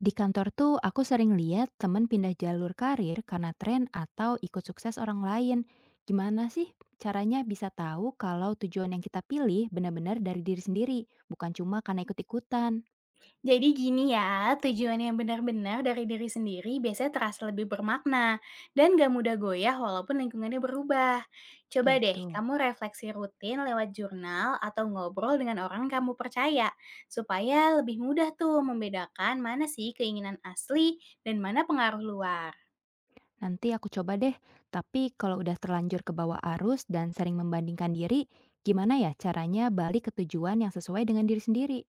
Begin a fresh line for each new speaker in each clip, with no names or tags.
Di kantor tuh aku sering lihat temen pindah jalur karir karena tren atau ikut sukses orang lain. Gimana sih caranya bisa tahu kalau tujuan yang kita pilih benar-benar dari diri sendiri, bukan cuma karena ikut-ikutan
Jadi gini ya, tujuan yang benar-benar dari diri sendiri biasanya terasa lebih bermakna dan gak mudah goyah walaupun lingkungannya berubah. Coba deh
gitu.
kamu refleksi rutin lewat jurnal atau ngobrol dengan orang kamu percaya supaya lebih mudah tuh membedakan mana sih keinginan asli dan mana pengaruh luar.
Nanti aku coba deh, tapi kalau udah terlanjur ke bawah arus dan sering membandingkan diri, gimana ya caranya balik ke tujuan yang sesuai dengan diri sendiri?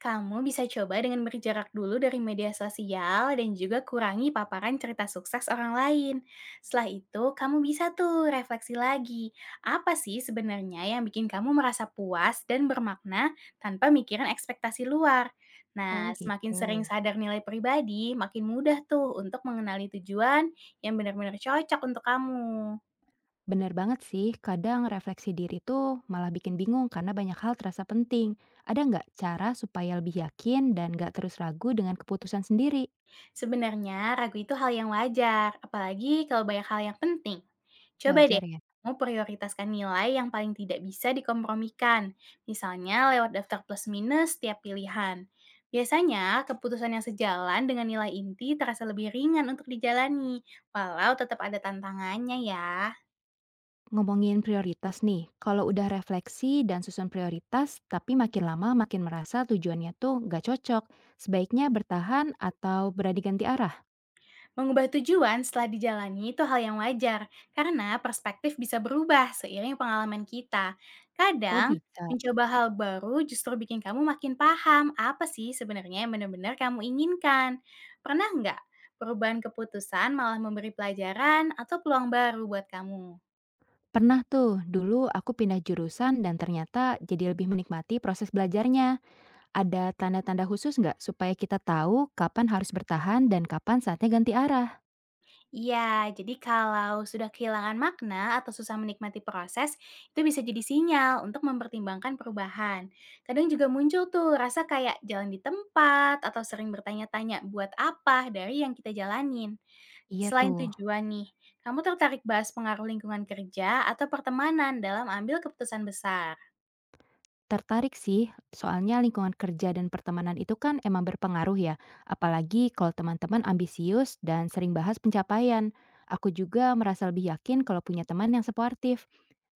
Kamu bisa coba dengan berjarak dulu dari media sosial dan juga kurangi paparan cerita sukses orang lain. Setelah itu, kamu bisa tuh refleksi lagi. Apa sih sebenarnya yang bikin kamu merasa puas dan bermakna tanpa mikirin ekspektasi luar?
Oh
Nah, semakin
gitu.
sering sadar nilai pribadi, makin mudah tuh untuk mengenali tujuan yang benar-benar cocok untuk kamu.
Bener banget sih, kadang refleksi diri tuh malah bikin bingung karena banyak hal terasa penting. Ada nggak cara supaya lebih yakin dan nggak terus ragu dengan keputusan sendiri?
Sebenarnya ragu itu hal yang wajar, apalagi kalau banyak hal yang penting. Coba deh,
Wajar ya.
kamu prioritaskan nilai yang paling tidak bisa dikompromikan, misalnya lewat daftar plus minus setiap pilihan. Biasanya, keputusan yang sejalan dengan nilai inti terasa lebih ringan untuk dijalani, walau tetap ada tantangannya ya.
Ngomongin prioritas nih, kalau udah refleksi dan susun prioritas, tapi makin lama makin merasa tujuannya tuh nggak cocok, sebaiknya bertahan atau berani ganti arah?
Mengubah tujuan setelah dijalani itu hal yang wajar, karena perspektif bisa berubah seiring pengalaman kita.
Oh
Kadang,
bisa.
mencoba hal baru justru bikin kamu makin paham apa sih sebenarnya yang benar-benar kamu inginkan. Pernah nggak perubahan keputusan malah memberi pelajaran atau peluang baru buat kamu?
Pernah tuh, dulu aku pindah jurusan dan ternyata jadi lebih menikmati proses belajarnya. Ada tanda-tanda khusus nggak supaya kita tahu kapan harus bertahan dan kapan saatnya ganti arah?
Iya, jadi kalau sudah kehilangan makna atau susah menikmati proses, itu bisa jadi sinyal untuk mempertimbangkan perubahan. Kadang juga muncul tuh rasa kayak jalan di tempat atau sering bertanya-tanya buat apa dari yang kita jalanin.
Iya
Selain
tuh,
tujuan nih, kamu tertarik bahas pengaruh lingkungan kerja atau pertemanan dalam ambil keputusan besar?
tertarik sih. Soalnya lingkungan kerja dan pertemanan itu kan emang berpengaruh ya. Apalagi kalau teman-teman ambisius dan sering bahas pencapaian. Aku juga merasa lebih yakin kalau punya teman yang suportif.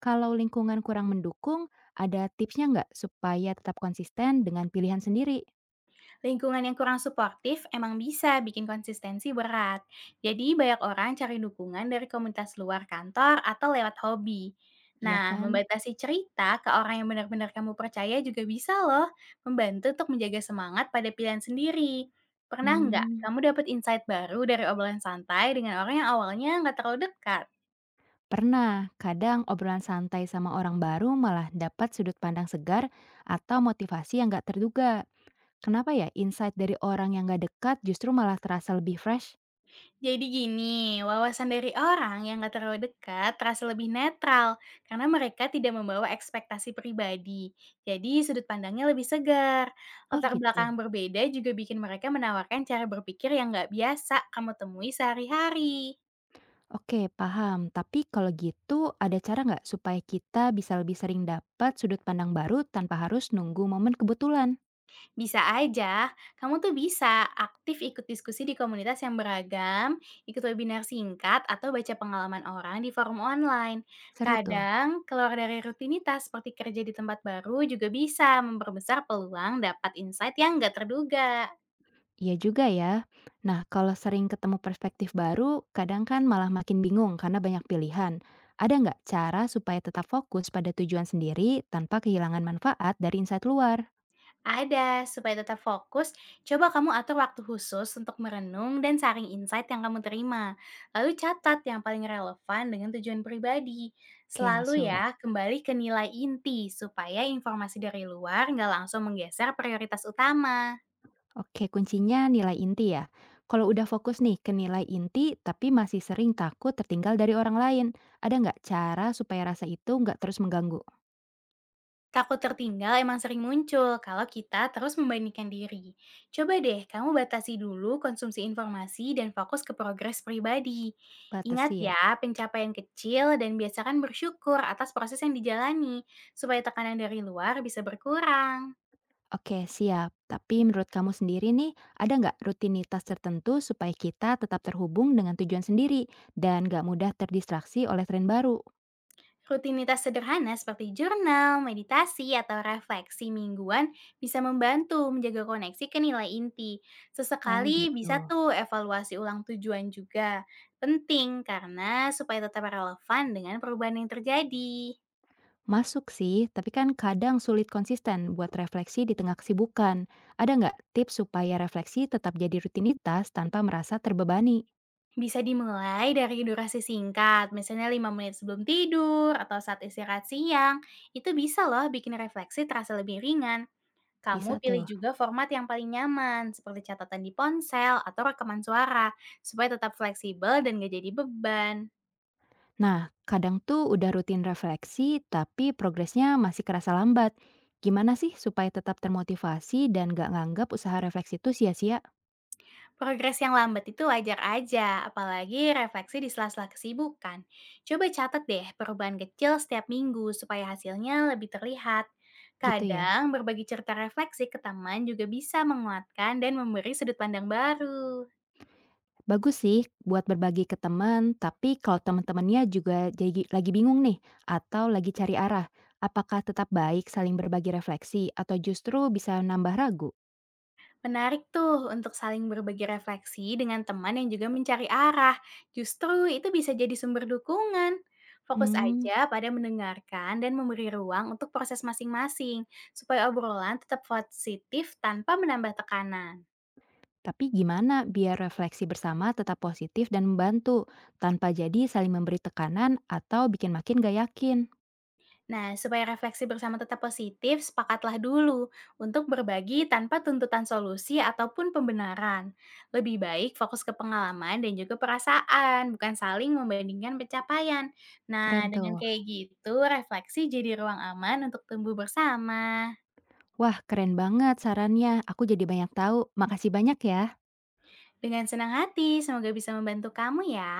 Kalau lingkungan kurang mendukung, ada tipsnya nggak supaya tetap konsisten dengan pilihan sendiri?
Lingkungan yang kurang suportif emang bisa bikin konsistensi berat. Jadi banyak orang cari dukungan dari komunitas luar kantor atau lewat hobi.
Iya
Nah,
kan?
membatasi cerita ke orang yang benar-benar kamu percaya juga bisa loh membantu untuk menjaga semangat pada pilihan sendiri. Pernah nggak
Hmm.
kamu dapat insight baru dari obrolan santai dengan orang yang awalnya nggak terlalu dekat?
Pernah, kadang obrolan santai sama orang baru malah dapat sudut pandang segar atau motivasi yang gak terduga. Kenapa ya insight dari orang yang gak dekat justru malah terasa lebih fresh?
Jadi gini, wawasan dari orang yang gak terlalu dekat terasa lebih netral karena mereka tidak membawa ekspektasi pribadi. Jadi sudut pandangnya lebih segar.
Oh
Latar
gitu.
belakang berbeda juga bikin mereka menawarkan cara berpikir yang gak biasa kamu temui sehari-hari.
Oke, paham. Tapi kalau gitu ada cara nggak supaya kita bisa lebih sering dapat sudut pandang baru tanpa harus nunggu momen kebetulan?
Bisa aja, kamu tuh bisa aktif ikut diskusi di komunitas yang beragam, ikut webinar singkat, atau baca pengalaman orang di forum online.
Seru tuh.
Kadang, keluar dari rutinitas seperti kerja di tempat baru juga bisa memperbesar peluang dapat insight yang nggak terduga.
Iya juga ya. Nah, kalau sering ketemu perspektif baru, kadang kan malah makin bingung karena banyak pilihan. Ada nggak cara supaya tetap fokus pada tujuan sendiri tanpa kehilangan manfaat dari insight luar?
Ada, supaya tetap fokus, coba kamu atur waktu khusus untuk merenung dan saring insight yang kamu terima. Lalu catat yang paling relevan dengan tujuan pribadi.
Oke,
Selalu
masuk.
ya, kembali ke nilai inti supaya informasi dari luar nggak langsung menggeser prioritas utama.
Oke, kuncinya nilai inti ya. Kalau udah fokus nih ke nilai inti, tapi masih sering takut tertinggal dari orang lain, ada nggak cara supaya rasa itu nggak terus mengganggu?
Takut tertinggal emang sering muncul kalau kita terus membandingkan diri. Coba deh kamu batasi dulu konsumsi informasi dan fokus ke progres pribadi. Ingat
Batasi ya.
ya, pencapaian kecil dan biasakan bersyukur atas proses yang dijalani, supaya tekanan dari luar bisa berkurang.
Oke, siap. Tapi menurut kamu sendiri nih, ada nggak rutinitas tertentu supaya kita tetap terhubung dengan tujuan sendiri dan nggak mudah terdistraksi oleh tren baru?
Rutinitas sederhana seperti jurnal, meditasi, atau refleksi mingguan bisa membantu menjaga koneksi ke nilai inti.
Oh
Sesekali
gitu.
bisa tuh evaluasi ulang tujuan juga. Penting karena supaya tetap relevan dengan perubahan yang terjadi.
Masuk sih, tapi kan kadang sulit konsisten buat refleksi di tengah kesibukan. Ada nggak tips supaya refleksi tetap jadi rutinitas tanpa merasa terbebani?
Bisa dimulai dari durasi singkat, misalnya 5 menit sebelum tidur atau saat istirahat siang. Itu bisa loh bikin refleksi terasa lebih ringan. Kamu
Bisa
pilih
tuh.
juga format yang paling nyaman, seperti catatan di ponsel atau rekaman suara, supaya tetap fleksibel dan gak jadi beban.
Nah, kadang tuh udah rutin refleksi, tapi progresnya masih kerasa lambat. Gimana sih supaya tetap termotivasi dan gak nganggap usaha refleksi itu sia-sia?
Progres yang lambat itu wajar aja, apalagi refleksi di sela-sela kesibukan. Coba catat deh perubahan kecil setiap minggu supaya hasilnya lebih terlihat.
Gitu ya.
Kadang berbagi cerita refleksi ke teman juga bisa menguatkan dan memberi sudut pandang baru.
Bagus sih buat berbagi ke teman, tapi kalau teman-temannya juga jadi lagi bingung nih, atau lagi cari arah, apakah tetap baik saling berbagi refleksi atau justru bisa nambah ragu?
Menarik tuh untuk saling berbagi refleksi dengan teman yang juga mencari arah. Justru itu bisa jadi sumber dukungan. Fokus
Hmm,
aja pada mendengarkan dan memberi ruang untuk proses masing-masing, supaya obrolan tetap positif tanpa menambah tekanan.
tapi gimana biar refleksi bersama tetap positif dan membantu, tanpa jadi saling memberi tekanan atau bikin makin gak yakin?
Nah, supaya refleksi bersama tetap positif, sepakatlah dulu untuk berbagi tanpa tuntutan solusi ataupun pembenaran. Lebih baik fokus ke pengalaman dan juga perasaan, bukan saling membandingkan pencapaian. Nah,
Keren
dengan
tuh.
kayak gitu, refleksi jadi ruang aman untuk tumbuh bersama.
Wah, keren banget sarannya. Aku jadi banyak tahu. Makasih banyak ya.
Dengan senang hati, semoga bisa membantu kamu ya.